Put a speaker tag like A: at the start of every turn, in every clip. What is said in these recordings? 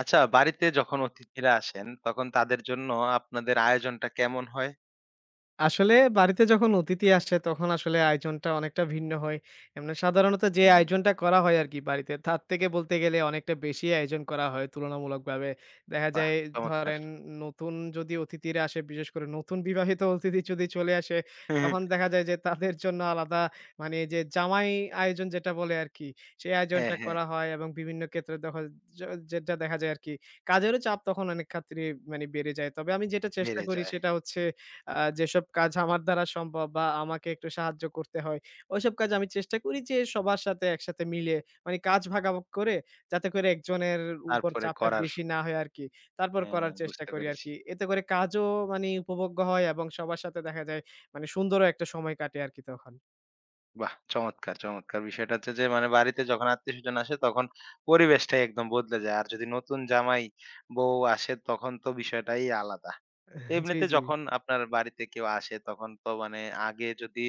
A: আচ্ছা, বাড়িতে যখন অতিথিরা আসেন, তখন তাদের জন্য আপনাদের আয়োজনটা কেমন হয়?
B: আসলে বাড়িতে যখন অতিথি আসে তখন আসলে আয়োজনটা অনেকটা ভিন্ন হয়। এমনি সাধারণত যে
A: হুম।
B: আয়োজনটা করা হয় আরকি বাড়িতে তার থেকে বলতে গেলে অনেকটা বেশি আয়োজন করা হয় তুলনামূলকভাবে। দেখা
A: বাহ!
B: যায়,
A: চমৎকার।
B: ধরেন, নতুন যদি অতিথিরা আসে, বিশেষ করে নতুন বিবাহিত অতিথি যদি চলে আসে, তখন দেখা যায় যে তাদের জন্য আলাদা মানে যে জামাই আয়োজন যেটা বলে আরকি, সেই
A: হ্যাঁ,
B: আয়োজনটা
A: হ্যাঁ,
B: করা হয়। এবং বিভিন্ন ক্ষেত্রে দেখা য যেটা দেখা যায় আরকি, কাজেরও চাপ তখন অনেক খাতিরে মানে বেড়ে যায়। তবে আমি যেটা চেষ্টা
A: বেড়ে
B: করি
A: যায়।
B: সেটা হচ্ছে, আ যেসব কাজ আমার দ্বারা সম্ভব বা আমাকে একটু সাহায্য করতে হয়, ওইসব কাজ আমি চেষ্টা করি যে সবার সাথে একসাথে মিলে মানে কাজ ভাগাভাগ করে, যাতে করে একজনের উপর
A: তারপরে
B: চাপটা
A: করার
B: বেশি না হয় আরকি। তারপর
A: হ্যাঁ,
B: করার চেষ্টা
A: বুঝতে
B: করি
A: পেরেছি।
B: আরকি। এতে করে কাজও মানে উপভোগ্য হয় এবং সবার সাথে দেখা যায় মানে সুন্দরও একটা সময় কাটে আরকি তখন।
A: বাহ! চমৎকার, চমৎকার। বিষয়টা হচ্ছে যে মানে বাড়িতে যখন আত্মীয়স্বজন আসে তখন পরিবেশটাই একদম বদলে যায়। আর যদি নতুন জামাই, বউ আসে তখন তো বিষয়টাই আলাদা।
B: জি,
A: এমনিতে
B: জি।
A: যখন আপনার বাড়িতে কেউ আসে তখন তো মানে আগে যদি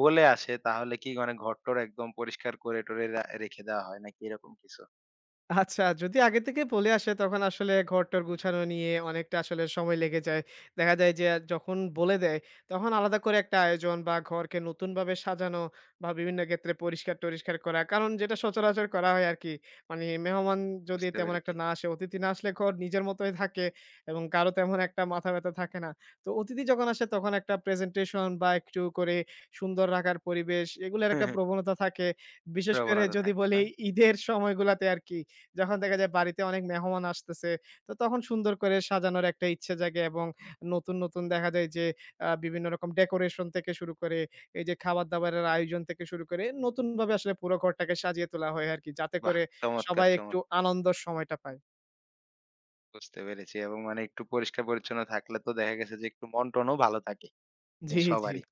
A: বলে আসে তাহলে কি মানে ঘরটর একদম পরিষ্কার করে টরে রেখে দেওয়া হয় নাকি এরকম কিছু?
B: আচ্ছা, যদি আগে থেকে বলে আসে, তখন আসলে ঘর-টর গুছানো নিয়ে অনেকটা আসলে সময় লেগে যায়। দেখা যায় যে যখন বলে দেয়, তখন আলাদা করে একটা আয়োজন বা ঘরকে নতুনভাবে সাজানো বা বিভিন্ন ক্ষেত্রে পরিষ্কার-টরিষ্কার করা। কারণ যেটা সচরাচর করা হয় আরকি। মানে মেহমান যদি
A: বুঝতে
B: তেমন একটা
A: পেরেছি।
B: না আসে, অতিথি না আসলে ঘর নিজের মতোই থাকে এবং কারো তেমন একটা মাথা ব্যথা থাকে না। তো অতিথি যখন আসে তখন একটা প্রেজেন্টেশন বা একটু করে সুন্দর রাখার পরিবেশ, এগুলার একটা প্রবণতা থাকে। বিশেষ করে
A: প্রবণতা
B: যদি
A: থাকে
B: বলি
A: না?
B: ঈদের সময়গুলাতে আরকি। যখন দেখা যায় বাড়িতে অনেক মেহমান আসতেছে, তো তখন সুন্দর করে সাজানোর একটা ইচ্ছে জাগে এবং নতুন, নতুন দেখা যায় যে বিভিন্ন রকম ডেকোরেশন থেকে শুরু করে, এই যে খাবার-দাবারের আয়োজন থেকে শুরু করে নতুনভাবে আসলে পুরো ঘরটাকে সাজিয়ে তোলা হয় আরকি। যাতে
A: বাহ!
B: করে
A: চমৎকার,
B: সবাই একটু
A: চমৎকার!
B: আনন্দর সময়টা পায়।
A: বুঝতে পেরেছি এবং মানে একটু পরিষ্কার পরিচ্ছন্ন থাকলে তো দেখা গেছে যে একটু মন-টনও ভালো থাকে এ
B: জি, জি।
A: সবারই।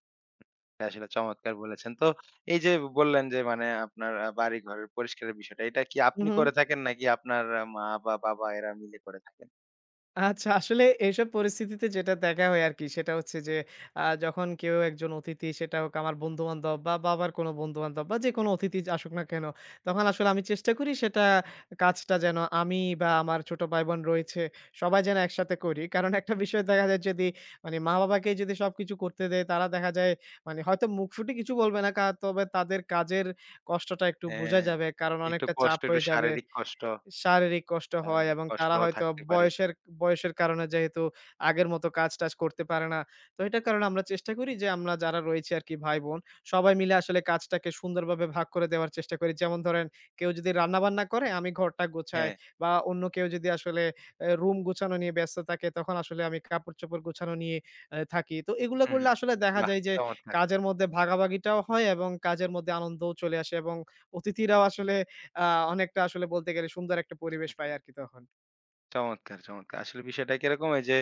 A: এটা আসলে চমৎকার বলেছেন। তো এই যে বললেন যে মানে আপনার বাড়িঘরের পরিষ্কারের বিষয়টা, এটা কি আপনি
B: উহু।
A: করে থাকেন নাকি আপনার মা বা বাবা এরা মিলে করে থাকেন?
B: আচ্ছা, আসলে এইসব পরিস্থিতিতে যেটা দেখা হয় আরকি, সেটা হচ্ছে যে, যখন কেউ একজন অতিথি, সেটা হোক আমার বন্ধু-বান্ধব বা বাবার কোনো বন্ধু-বান্ধব বা যেকোনো অতিথি আসুক না কেন, তখন আসলে আমি চেষ্টা করি সেটা কাজটা যেন আমি বা আমার ছোট ভাই-বোন রয়েছে সবাই যেন একসাথে করি। কারণ একটা বিষয় দেখা যায়, যদি মানে মা-বাবাকে যদি সবকিছু করতে দেই তারা দেখা যায় মানে হয়তো মুখ ফুটে কিছু বলবে না তবে তাদের কাজের কষ্টটা একটু বোঝা
A: হ্যাঁ,
B: যাবে। কারণ
A: একটু
B: অনেকটা চাপ
A: কষ্ট, একটু
B: হয়ে যাবে।
A: শারীরিক কষ্ট,
B: শারীরিক কষ্ট হয়
A: শারীরিক
B: এবং তারা
A: কষ্টও
B: হয়তো
A: থাকতে পারে।
B: বয়সের বয়সের কারণে যেহেতু আগের মতো কাজ-টাজ করতে পারে না। তো এটার কারণে আমরা চেষ্টা করি যে আমরা যারা রয়েছি আরকি ভাই-বোন সবাই মিলে আসলে কাজটাকে সুন্দরভাবে ভাগ করে দেওয়ার চেষ্টা করি। যেমন ধরেন, কেউ যদি রান্না-বান্না করে আমি ঘরটা গোছাই
A: হ্যাঁ,
B: বা অন্য কেউ যদি আসলে এ রুম গুছানো নিয়ে ব্যস্ত থাকে তখন আসলে আমি কাপড়-চোপড় গুছানো নিয়ে এ থাকি। তো এগুলা
A: হুম,
B: করলে
A: হুম।
B: আসলে দেখা
A: বাহ!
B: যায় যে
A: চমৎকার।
B: কাজের মধ্যে ভাগাভাগিটাও হয় এবং কাজের মধ্যে আনন্দও চলে আসে এবং অতিথিরাও আসলে আ অনেকটা আসলে বলতে গেলে সুন্দর একটা পরিবেশ পাই আরকি তখন।
A: চমৎকার, চমৎকার। আসলে বিষয়টা কিরকম? এই যে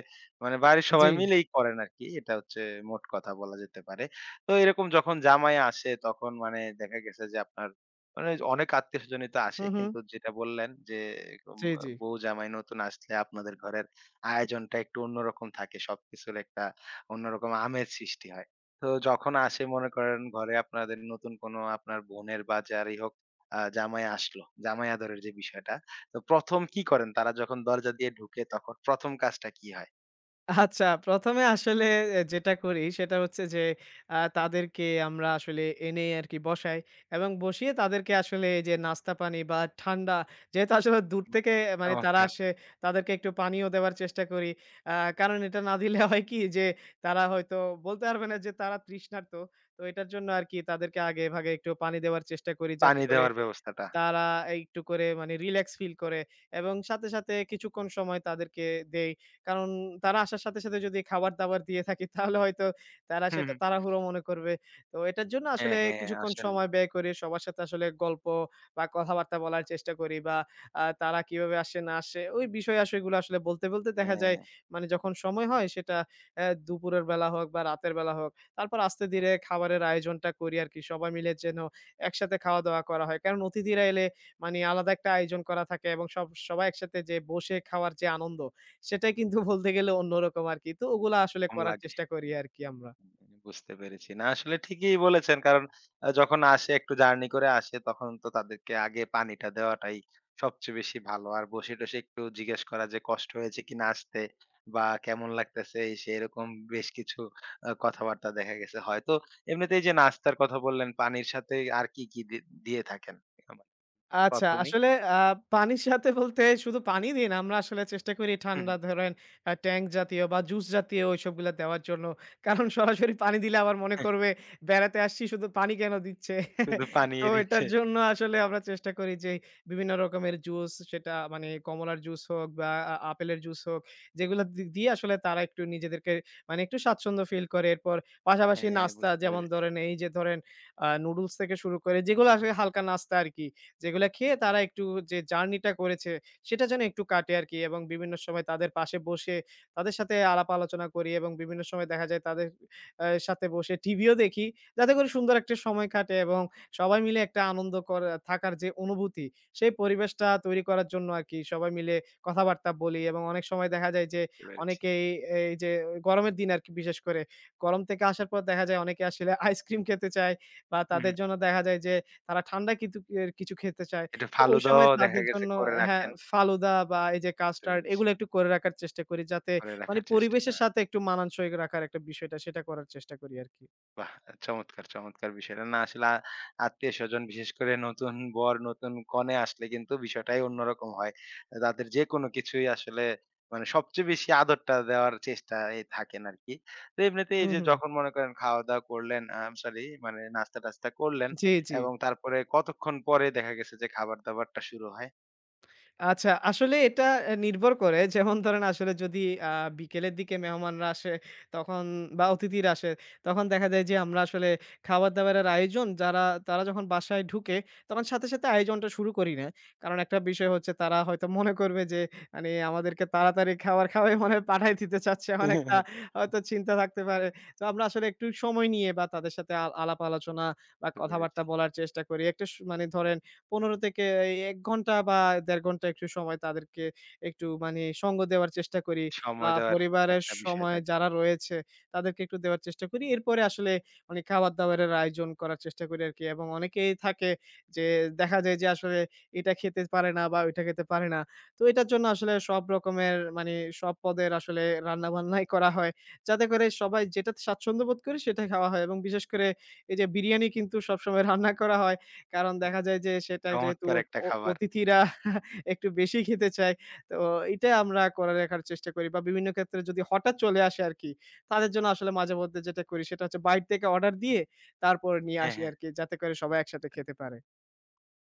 A: মানে বাড়ির
B: জি।
A: সবাই মিলেই করেন আরকি। এটা হচ্ছে মোট কথা বলা যেতে পারে। তো এরকম যখন জামাই আসে তখন মানে দেখা গেছে যে আপনার মানে অনেক আত্মীয়স্বজনই তো আসে।
B: হুম, হুম।
A: কিন্তু যেটা বললেন যে এরকম
B: জি, জি।
A: বউ জামাই নতুন আসলে আপনাদের ঘরের আয়োজনটা একটু অন্যরকম থাকে। সবকিছুর একটা অন্যরকম আমেজ সৃষ্টি হয়। তো যখন আসে মনে করেন ঘরে আপনাদের নতুন কোনো আপনার বোনের বা যারই হোক জামাই আসলো। জামাই আদরের যে বিষয়টা তো ১ম কি করেন? তারা যখন দরজা দিয়ে ঢুকে তখন ১ম কাজটা কি হয়?
B: আচ্ছা, ১ম এ আসলে এ যেটা করি সেটা হচ্ছে যে তাদেরকে আমরা আসলে এনে আরকি বসাই এবং বসিয়ে তাদেরকে আসলে এই যে নাস্তা পানি বা ঠান্ডা, যেহেতু আসলে দূর
A: বাহ!
B: থেকে মানে তারা
A: চমৎকার।
B: আসে, তাদেরকে একটু পানীয় দেওয়ার চেষ্টা করি। আ কারণ এটা না দিলে হয় কি যে তারা হয়তো বলতে পারবে না যে তারা তৃষ্ণার্ত। তো এটার জন্য আরকি তাদেরকে আগে ভাগে একটু পানি দেওয়ার চেষ্টা করি যাতে
A: পানি
B: করে
A: দেওয়ার ব্যবস্থাটা।
B: তারা একটু করে মানে রিল্যাক্স ফিল করে এবং সাথে, সাথে কিছুক্ষণ সময় তাদেরকে দেই। কারণ তারা আসার সাথে, সাথে যদি খাবার-দাবার দিয়ে থাকি তাহলে হয়তো তারা
A: হু,
B: সেটা
A: হু।
B: তাড়াহুড়ো মনে করবে। তো এটার জন্য
A: হ্যাঁ,
B: আসলে
A: হ্যাঁ
B: কিছুক্ষণ
A: আসলেই।
B: সময় ব্যয় করে সবার সাথে আসলে গল্প বা কথাবার্তা বলার চেষ্টা করি বা তারা কিভাবে আসে না আসে ওই বিষয়-আশয়গুলো আসলে বলতে, বলতে দেখা যায়
A: হ্যাঁ,
B: মানে যখন সময় হয় সেটা, দুপুরের বেলা হোক বা রাতের বেলা হোক। তারপর আস্তে ধীরে খাবারের আয়োজনটা করি আরকি সবাই মিলে যেন একসাথে খাওয়া দাওয়া করা হয়। কারণ অতিথিরা এলে মানে আলাদা একটা আয়োজন করা থাকে এবং সবাই একসাথে যে বসে খাওয়ার যে আনন্দ সেটাই কিন্তু বলতে গেলে অন্যরকম আরকি। তো ওগুলা আসলে
A: কম
B: করার
A: লাগে।
B: চেষ্টা করি আরকি আমরা।
A: বুঝতে পেরেছি। না আসলে ঠিকই বলেছেন। কারণ যখন আসে একটু জার্নি করে আসে তখন তো তাদেরকে আগে পানিটা দেওয়াটাই সবচেয়ে বেশি ভালো। আর বসে-টসে একটু জিজ্ঞেস করা যে কষ্ট হয়েছে কিনা আসতে বা কেমন লাগতেছে এই সেই এরকম বেশ কিছু কথাবার্তা দেখা গেছে। হয়তো এমনিতে এই যে নাস্তার কথা বললেন পানির সাথে আর কি, কি দিয়ে থাকেন? আবার
B: আচ্ছা,
A: ১ম এই
B: আসলে আ পানির সাথে বলতে শুধু পানি দিই না, আমরা আসলে চেষ্টা করি
A: হুম,
B: ঠান্ডা ধরেন ট্যাঙ্ক জাতীয় বা জুস জাতীয় ওইসবগুলা দেওয়ার জন্য। কারণ সরাসরি পানি দিলে আবার মনে
A: হুম।
B: করবে বেড়াতে আসছি শুধু পানি কেন দিচ্ছে?
A: শুধু পানি
B: তো এটার
A: দিচ্ছে।
B: জন্য আসলে আমরা চেষ্টা করি যে বিভিন্ন রকমের জুস সেটা মানে কমলার জুস হোক বা আপেলের জুস হোক, যেগুলো দিয়ে আসলে তারা একটু নিজেদেরকে মানে একটু স্বাচ্ছন্দ্য ফিল করে। এরপর পাশাপাশি
A: হ্যাঁ,
B: নাস্তা
A: বুঝতে
B: যেমন
A: পেরেছি,
B: ধরেন এই যে ধরেন নুডলস থেকে শুরু করে যেগুলো আসলে হালকা নাস্তা আরকি। যেগুলা খেয়ে তারা একটু যে জার্নিটা করেছে সেটা যেন একটু কাটে আরকি এবং বিভিন্ন সময় তাদের পাশে বসে তাদের সাথে আলাপ আলোচনা করি এবং বিভিন্ন সময় দেখা যায় তাদের সাথে বসে টিভিও দেখি। যাতে করে সুন্দর একটা সময় কাটে এবং সবাই মিলে একটা আনন্দ করা থাকার যে অনুভূতি, সেই পরিবেশটা তৈরি করার জন্য আরকি সবাই মিলে কথাবার্তা বলি এবং অনেক সময় দেখা যায় যে
A: বুঝতে পেরেছি।
B: অনেকেই এই যে গরমের দিন আরকি বিশেষ করে গরম থেকে আসার পর দেখা যায় অনেকে আসলে আইসক্রিম খেতে চায় বা
A: হুম, হুম।
B: তাদের জন্য দেখা যায় যে তারা ঠান্ডা কিতু এর কিছু খেতে চায়।
A: একটু
B: তো ওই সময়
A: ফালুদাও দেখা
B: তাদের
A: গেছে
B: জন্য,
A: করে
B: হ্যাঁ,
A: রাখেন।
B: ফালুদা বা এই যে
A: বুঝতে
B: কাস্টার্ড
A: পেরেছি।
B: এগুলো একটু করে রাখার চেষ্টা করি যাতে
A: করে
B: মানে
A: রাখার চেষ্টা
B: পরিবেশের
A: করেন।
B: সাথে একটু মানানসই রাখার একটা বিষয়টা সেটা করার চেষ্টা করি আরকি।
A: বাহ! চমৎকার, চমৎকার বিষয়টা। না আসলে আত্মীয়স্বজন বিশেষ করে নতুন বর, নতুন কনে আসলে কিন্তু বিষয়টাই অন্যরকম হয়। তাদের যেকোনো কিছুই আসলে মানে সবচেয়ে বেশি আদরটা দেওয়ার চেষ্টায় থাকেন আরকি। তো এমনিতে এই
B: হুম,
A: যে
B: হুম।
A: যখন মনে করেন খাওয়া-দাওয়া করলেন, আ আম সরি মানে নাস্তা-টাস্তা করলেন
B: জি, জি।
A: এবং তারপরে কতক্ষণ পরে দেখা গেছে যে খাবার-দাবারটা শুরু হয়?
B: আচ্ছা, আসলে এটা নির্ভর করে যেমন ধরেন আসলে যদি আ বিকেলের দিকে মেহমানরা আসে তখন বা অতিথিরা আসে, তখন দেখা যায় যে আমরা আসলে খাবার-দাবারের আয়োজন যারা, তারা যখন বাসায় ঢুকে তখন সাথে, সাথে আয়োজনটা শুরু করি না। কারণ একটা বিষয় হচ্ছে তারা হয়তো মনে করবে যে মানে আমাদেরকে তাড়াতাড়ি খাবার খাওয়াই মনে হয় পাঠায় দিতে চাচ্ছে। এমন একটা হয়তো চিন্তা থাকতে পারে। তো আমরা আসলে একটু সময় নিয়ে বা তাদের সাথে আলাপ আলোচনা বা
A: বুঝতে
B: কথাবার্তা
A: পেরেছি।
B: বলার চেষ্টা করি। একটা সু মানে ধরেন ১৫ থেকে এই ১ ঘন্টা বা ১.৫ ঘন্টা একটু সময় তাদেরকে একটু মানে সঙ্গ দেওয়ার চেষ্টা করি বা
A: সময় দেওয়ার
B: পরিবারের
A: একটা বিষয়
B: সময়
A: থাকে।
B: যারা রয়েছে তাদেরকে একটু দেওয়ার চেষ্টা করি। এরপরে আসলে মানে খাবার-দাবারের আয়োজন করার চেষ্টা করি আরকি এবং অনেকেই থাকে যে দেখা যায় যে আসলে এটা খেতে পারে না বা ওইটা খেতে পারে না। তো এটার জন্য আসলে সব রকমের মানে সব পদের আসলে রান্নাবান্নাই করা হয়। যাতে করে সবাই যেটাতে স্বাচ্ছন্দ্য বোধ করি সেটা খাওয়া হয় এবং বিশেষ করে এই যে বিরিয়ানি কিন্তু সবসময় রান্না করা হয়। কারণ দেখা যায় যে সেটা যেহেতু
A: চমৎকার
B: অ
A: একটা
B: অ
A: খাবার।
B: অতিথিরা একটু বেশি খেতে চায়, তো এটা আমরা করে রাখার চেষ্টা করি বা বিভিন্ন ক্ষেত্রে যদি হঠাৎ চলে আসে আরকি, তাদের জন্য আসলে মাঝেমধ্যে যেটা করি সেটা হচ্ছে বাইরে থেকে অর্ডার দিয়ে তারপরে নিয়ে
A: হ্যাঁ,
B: আসি
A: হ্যাঁ।
B: আরকি যাতে করে সবাই একসাথে খেতে পারে।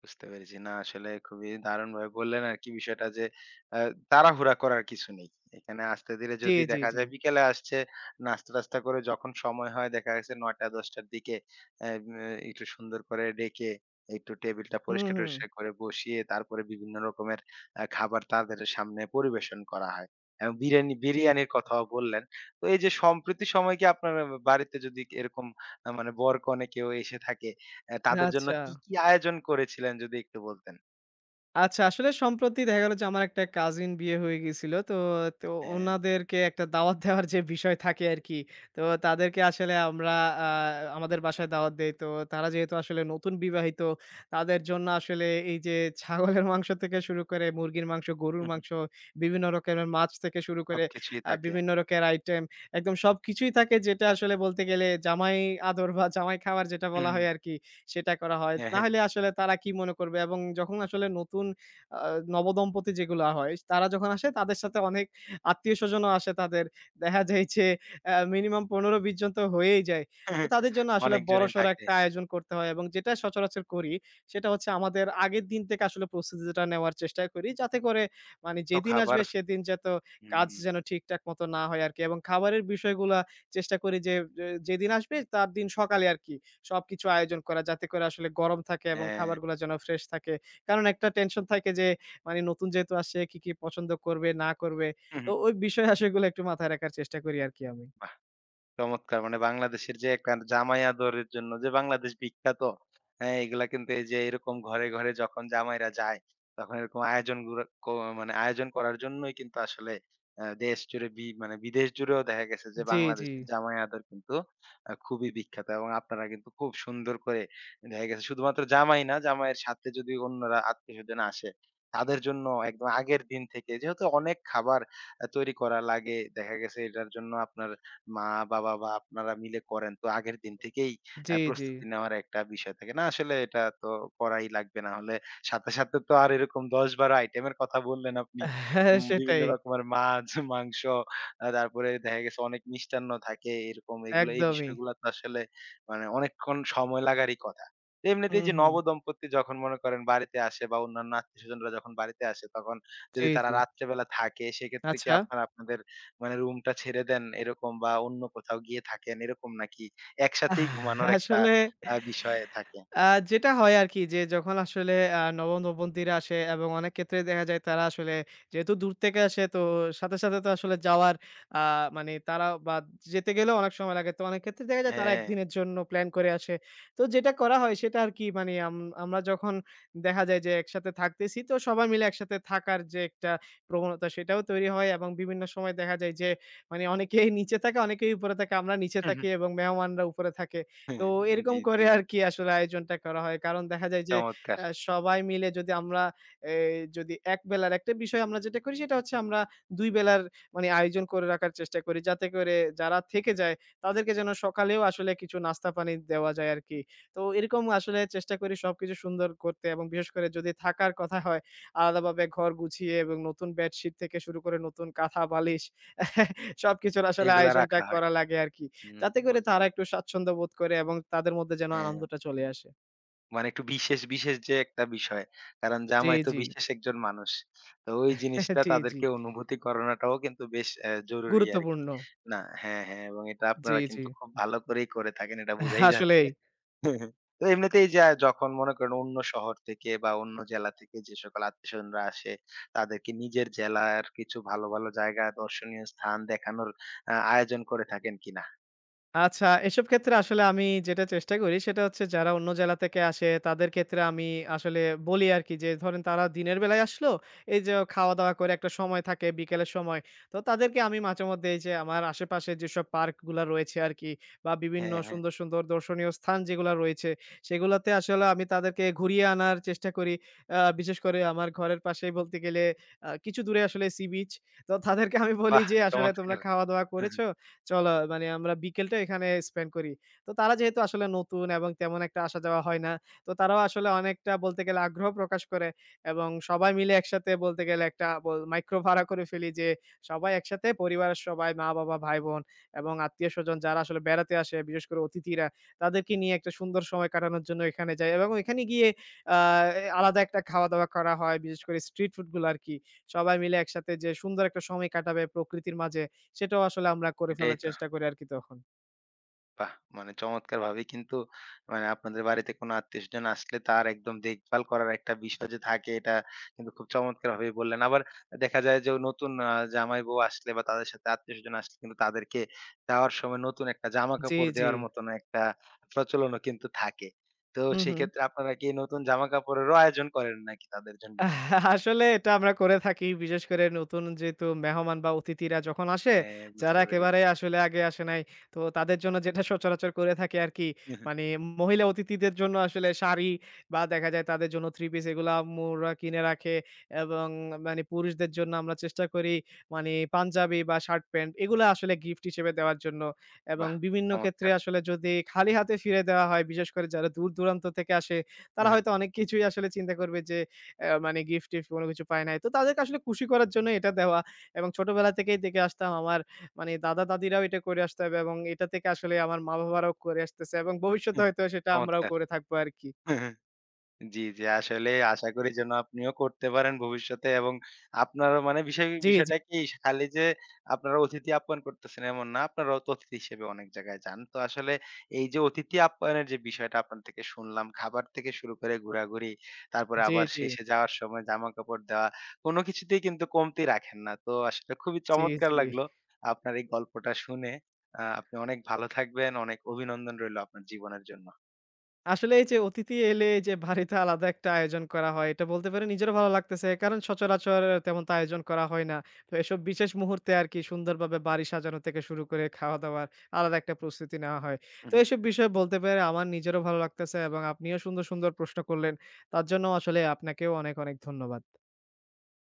A: বুঝতে পেরেছি। না আসলে খুবই দারুণভাবে বললেন আরকি বিষয়টা যে অ্যা তাড়াহুড়া করার কিছু নেই। এখানে আস্তে ধীরে
B: জি,
A: যদি
B: জি,
A: দেখা
B: জি।
A: যায় বিকেলে আসছে, নাস্তা-টাস্তা করে যখন সময় হয় দেখা গেছে ৯:০০-১০:০০ র দিকে অ্যা অ্যা একটু সুন্দর করে ডেকে একটু টেবিলটা
B: হুম, হুম।
A: পরিষ্কার-টরিষ্কার করে বসিয়ে তারপরে বিভিন্ন রকমের খাবার তাদের সামনে পরিবেশন করা হয়। এবং বিরিয়ানি
B: জি।
A: বিরিয়ানির কথাও বললেন। তো এই যে সম্প্রতি সময় কি আপনার বাড়িতে যদি এরকম মানে বর-কনে কেউ এসে থাকে তাদের জন্য
B: আচ্ছা।
A: কি, কি আয়োজন করেছিলেন যদি একটু বলতেন?
B: আচ্ছা, আসলে সম্প্রতি দেখা গেল যে আমার একটা কাজিন বিয়ে হয়ে গিয়েছিল। তো
A: হ্যাঁ।
B: উনাদেরকে একটা দাওয়াত দেওয়ার যে বিষয় থাকে আরকি। তো তাদেরকে আসলে আমরা আ আমাদের বাসায় দাওয়াত দেই। তো তারা যেহেতু আসলে নতুন বিবাহিত, তাদের জন্য আসলে এই যে ছাগলের মাংস থেকে শুরু করে মুরগির মাংস, গরুর
A: হু, হু।
B: মাংস, বিভিন্ন রকমের মাছ থেকে শুরু করে
A: সবকিছুই থাকে।
B: বিভিন্ন রকের আইটেম একদম সবকিছুই থাকে যেটা আসলে বলতে গেলে জামাই আদর বা জামাই খাবার যেটা বলা
A: হুম,
B: হয় আরকি। সেটা করা হয়।
A: হ্যাঁ,
B: না
A: হ্যাঁ।
B: হলে আসলে তারা কি মনে করবে এবং যখন আসলে নতুন আ নবদম্পতি যেগুলা হয়, তারা যখন আসে তাদের সাথে অনেক আত্মীয়স্বজনও আসে তাদের। দেখা যায় যে মিনিমাম ১৫-২০ জন তো হয়েই যায়। তো তাদের জন্য আসলে
A: অনেকজনই
B: বড়সড়
A: থাকে।
B: একটা আয়োজন করতে হয় এবং যেটা সচরাচর করি সেটা হচ্ছে আমাদের আগের দিন থেকে আসলে প্রস্তুতিটা নেওয়ার চেষ্টা করি। যাতে করে মানে
A: তো
B: যেদিন
A: খাবার
B: আসবে সেদিন যত কাজ
A: হুম,
B: যেন ঠিকঠাক মতো না হয় আরকি এবং খাবারের বিষয়গুলা চেষ্টা করি যে যেদিন আসবে তার দিন সকালে আরকি। সবকিছু আয়োজন করা যাতে করে আসলে গরম থাকে এবং
A: হ্যাঁ।
B: খাবারগুলা যেন ফ্রেশ থাকে। কারণ একটা টেনশন থাকে যে মানে নতুন যেহেতু আসছে কি, কি পছন্দ করবে না করবে।
A: হু, হু।
B: তো ওই বিষয় আসেগুলো একটু মাথায় রাখার চেষ্টা করি আরকি আমি।
A: চমৎকার! মানে বাংলাদেশের যে একটা জামাই আদরের জন্য যে বাংলাদেশ বিখ্যাত, হ্যাঁ? এগুলা কিন্তু এই যে এরকম ঘরে, ঘরে যখন জামাইরা যায়, তখন এরকম আয়োজন গুলো মানে আয়োজন করার জন্যই কিন্তু আসলে দেশ জুড়ে মানে বিদেশ জুড়েও দেখা গেছে যে
B: জি, জি,
A: বাংলাদেশের জামাই আদর কিন্তু খুবই বিখ্যাত এবং আপনারা কিন্তু খুব সুন্দর করে দেখা গেছে শুধুমাত্র জামাই না, জামাইয়ের সাথে যদি অন্যরা আত্মীয়স্বজন আসে, তাদের জন্য একদম আগের দিন থেকে যেহেতু অনেক খাবার তৈরি করা লাগে, দেখা গেছে এটার জন্য আপনার মা-বাবা বা আপনারা মিলে করেন তো আগের দিন থেকেই
B: জি, জি।
A: প্রস্তুতি নেওয়ার একটা বিষয় থাকে। না আসলে এটা তো করাই লাগবে। না হলে সাথে, সাথে তো আর এরকম ১০-১২ আইটেমের কথা বললেন আপনি।
B: হ্যাঁ,
A: বিভিন্ন
B: সেটাই।
A: রকমের মাছ, মাংস তারপরে দেখা গেছে অনেক মিষ্টান্ন থাকে এরকম এগুলো এই
B: একদমই।
A: বিষয়গুলো তো আসলে মানে অনেকক্ষণ সময় লাগারই কথা। তো
B: হুম,
A: এমনিতেই যে
B: হুম।
A: নবদম্পতি যখন মনে করেন বাড়িতে আসে বা অন্যান্য আত্মীয়স্বজনরা যখন বাড়িতে আসে তখন
B: জি,
A: যদি তারা
B: জি।
A: রাত্রেবেলা থাকে সেক্ষেত্রে কি
B: আচ্ছা।
A: আপনারা আপনাদের মানে রুমটা ছেড়ে দেন এরকম বা অন্য কোথাও গিয়ে থাকেন এরকম নাকি
B: আহ,
A: একসাথেই ঘুমানোর একটা
B: আসলে
A: বিষয় থাকে?
B: আ যেটা হয় আরকি যে যখন আসলে নবম-নবমীরা আসে এবং অনেক ক্ষেত্রে দেখা যায় তারা আসলে যেহেতু দূর থেকে আসে তো সাথে, সাথে তো আসলে যাওয়ার আ মানে তারা বা যেতে গেলেও অনেক সময় লাগে। তো অনেক ক্ষেত্রে দেখা যায় তারা
A: হ্যাঁ।
B: একদিনের জন্য প্ল্যান করে আসে। তো যেটা করা হয় সেটা আরকি মানে আমরা যখন দেখা যায় যে একসাথে থাকতেছি তো সবাই মিলে একসাথে থাকার যে একটা প্রবণতা সেটাও তৈরি হয় এবং বিভিন্ন সময় দেখা যায় যে মানে অনেকেই নিচে থাকে, অনেকেই উপরে থাকে। আমরা নিচে থাকি এবং মেহমানরা উপরে থাকে। তো এরকম
A: জি,
B: করে
A: জি।
B: আরকি আসলে আয়োজনটা করা হয়। কারণ দেখা যায় যে
A: চমৎকার।
B: সবাই মিলে যদি আমরা এই যদি এক বেলার একটা বিষয় আমরা যেটা করি সেটা হচ্ছে আমরা ২ বেলার মানে আয়োজন করে রাখার চেষ্টা করি। যাতে করে যারা থেকে যায় তাদেরকে যেন সকালেও আসলে কিছু নাস্তা পানি দেওয়া যায় আরকি। তো এরকম আসলে চেষ্টা করি সবকিছু সুন্দর করতে এবং বিশেষ করে যদি থাকার কথা হয় আলাদাভাবে ঘর গুছিয়ে এবং নতুন বেডশিট থেকে শুরু করে নতুন কাঁথা বালিশ সবকিছুর আসলে
A: এগুলা
B: আয়োজনটা
A: রাখা হয়।
B: করা লাগে আরকি।
A: হুম,
B: যাতে করে
A: বুঝতে
B: তারা
A: পে
B: একটু স্বাচ্ছন্দ্য বোধ করে এবং তাদের মধ্যে যেন
A: হ্যাঁ,
B: আনন্দটা চলে আসে।
A: মানে একটু বিশেষ, বিশেষ যে একটা বিষয়। কারণ
B: জি,
A: জামাই তো
B: জি,
A: বিশেষ একজন মানুষ। তো ওই জিনিসটা
B: জি, জি।
A: তাদেরকে অনুভূতি করানোটাও কিন্তু বেশ জরুরি আরকি।
B: গুরুত্বপূর্ণ।
A: না হ্যাঁ, হ্যাঁ এবং এটা
B: জি,
A: আপনারা
B: জি।
A: কিন্তু খুব ভালো করেই করে থাকেন। এটা বোঝাই যাচ্ছে।
B: আসলেই।
A: তো এমনিতেই যখন মনে করেন অন্য শহর থেকে বা অন্য জেলা থেকে যে সকল আত্মীয়স্বজনরা আসে, তাদেরকে নিজের জেলার কিছু ভালো, ভালো জায়গা দর্শনীয় স্থান দেখানোর আয়োজন করে থাকেন কিনা?
B: আচ্ছা, এসব ক্ষেত্রে আসলে আমি যেটা চেষ্টা করি সেটা হচ্ছে যারা অন্য জেলা থেকে আসে তাদের ক্ষেত্রে আমি আসলে বলি আরকি যে ধরেন তারা দিনের বেলায় আসলো, এই যে খাওয়া-দাওয়া করে একটা সময় থাকে বিকেলের সময়। তো তাদেরকে আমি মাঝেমধ্যে এই যে আমার আশেপাশে যেসব পার্কগুলা রয়েছে আরকি বা বিভিন্ন
A: হ্যাঁ, হ্যাঁ।
B: সুন্দর, সুন্দর দর্শনীয় স্থান যেগুলা রয়েছে সেগুলাতে আসলে আমি তাদেরকে ঘুরিয়ে আনার চেষ্টা করি। বিশেষ করে আমার ঘরের পাশেই বলতে গেলে কিছু দূরে আসলে সি বিচ। তো তাদেরকে আমি বলি
A: বাহ!
B: যে আসলে তোমরা
A: চমৎকার!
B: খাওয়া-দাওয়া
A: হুম,
B: করেছ?
A: হুম,
B: চলো মানে আমরা বিকেলটা এখানে স্পেন্ড করি। তো তারা যেহেতু আসলে নতুন এবং তেমন একটা আসা যাওয়া হয় না। তো তারাও আসলে অনেকটা বলতে গেলে আগ্রহ প্রকাশ করে এবং সবাই মিলে একসাথে বলতে গেলে একটা বল মাইক্রো ভাড়া করে ফেলি যে সবাই একসাথে পরিবারের সবাই মা-বাবা, ভাই-বোন এবং আত্মীয়স্বজন যারা আসলে বেড়াতে আসে বিশেষ করে অতিথিরা, তাদেরকে নিয়ে একটা সুন্দর সময় কাটানোর জন্য এখানে যাই এবং এখানে গিয়ে আ আলাদা একটা খাওয়া-দাওয়া করা হয়। বিশেষ করে স্ট্রিট ফুড গুলো আরকি। সবাই মিলে একসাথে যে সুন্দর একটা সময় কাটাবে প্রকৃতির মাঝে সেটাও আসলে আমরা করে
A: এটাই
B: ফেলার
A: তো।
B: চেষ্টা করি আরকি তখন।
A: বাহ! মানে চমৎকারভাবেই কিন্তু মানে আপনাদের বাড়িতে কোনো আত্মীয়স্বজন আসলে তার একদম দেখভাল করার একটা বিষয় যে থাকে এটা কিন্তু খুব চমৎকারভাবেই বললেন। আবার দেখা যায় যে নতুন জামাই বউ আসলে বা তাদের সাথে আত্মীয়স্বজন আসলে কিন্তু তাদেরকে দেওয়ার সময় নতুন একটা
B: জি,
A: জামাকাপড়
B: জি।
A: দেওয়ার মতন একটা প্রচলনও কিন্তু থাকে। তো
B: হু, হু।
A: সেক্ষেত্রে আপনারা কি নতুন জামাকাপড়েরও আয়োজন করেন নাকি তাদের জন্য?
B: আসলে এটা আমরা করে থাকি। বিশেষ করে নতুন যেহেতু মেহমান বা অতিথিরা যখন আসে,
A: হ্যাঁ,
B: যারা
A: বুঝতে
B: একেবারে
A: পেরেছি।
B: আসলে আগে আসে নাই। তো তাদের জন্য যেটা সচরাচর করে থাকি আরকি, মানে মহিলা অতিথিদের জন্য আসলে শাড়ি বা দেখা যায় তাদের জন্য থ্রি পিস এগুলা আম্মুরা কিনে রাখে এবং মানে পুরুষদের জন্য আমরা চেষ্টা করি মানে পাঞ্জাবি বা শার্ট প্যান্ট এগুলা আসলে গিফট হিসেবে দেওয়ার জন্য। এবং
A: বাহ!
B: বিভিন্ন ক্ষেত্রে
A: চমৎকার।
B: আসলে যদি খালি হাতে ফিরে দেওয়া হয়, বিশেষ করে যারা দূর-দূরান্ত থেকে আসে, তারা হয়তো অনেক কিছুই আসলে চিন্তা করবে যে মানে গিফট-টিফট কোনো কিছু পাই নাই। তো তাদেরকে আসলে খুশি করার জন্য এটা দেওয়া এবং ছোটবেলা থেকেই দেখে আসতাম আমার মানে দাদা-দাদিরাও এটা করে আসতো এবং এটা থেকে আসলে আমার মা-বাবারাও করে আসতেছে এবং ভবিষ্যতে হয়তো সেটা আমরাও
A: চমৎকার।
B: করে থাকবো আরকি।
A: জি, জি। আসলে আশা করি যেন আপনিও করতে পারেন ভবিষ্যতে এবং আপনারও মানে
B: জি, জি,
A: বিষয়টা কি খালি যে আপনারা অতিথি আপ্যায়ন করতেছেন এমন না। আপনারাও তো অতিথি হিসেবে অনেক জায়গায় যান। তো আসলে এই যে অতিথি আপ্যায়নের যে বিষয়টা আপনার থেকে শুনলাম, খাবার থেকে শুরু করে ঘোরাঘুরি, তারপরে
B: জি,
A: আবার
B: জি,
A: শেষে যাওয়ার সময় জামাকাপড় দেওয়া, কোনো কিছুতেই কিন্তু কমতি রাখেন না। তো আসলে খুবই
B: জি, জি।
A: চমৎকার লাগলো আপনার এই গল্পটা শুনে। আপনি অনেক ভালো থাকবেন। অনেক অভিনন্দন রইলো আপনার জীবনের জন্য।
B: আসলে এই যে অতিথি এলে এই যে বাড়িতে আলাদা একটা আয়োজন করা হয়। এটা বলতে পারেন নিজেরও ভালো লাগতেছে। কারণ সচরাচর তেমন তো আয়োজন করা হয় না। তো এসব বিশেষ মুহূর্তে আরকি সুন্দরভাবে বাড়ি সাজানো থেকে শুরু করে খাওয়া-দাওয়ার আলাদা একটা প্রস্তুতি নেওয়া হয়। তো এসব বিষয়ে বলতে পেরে আমার নিজেরও ভালো লাগতেছে এবং আপনিও সুন্দর, সুন্দর প্রশ্ন করলেন। তার জন্য আসলে আপনাকেও অনেক, অনেক ধন্যবাদ।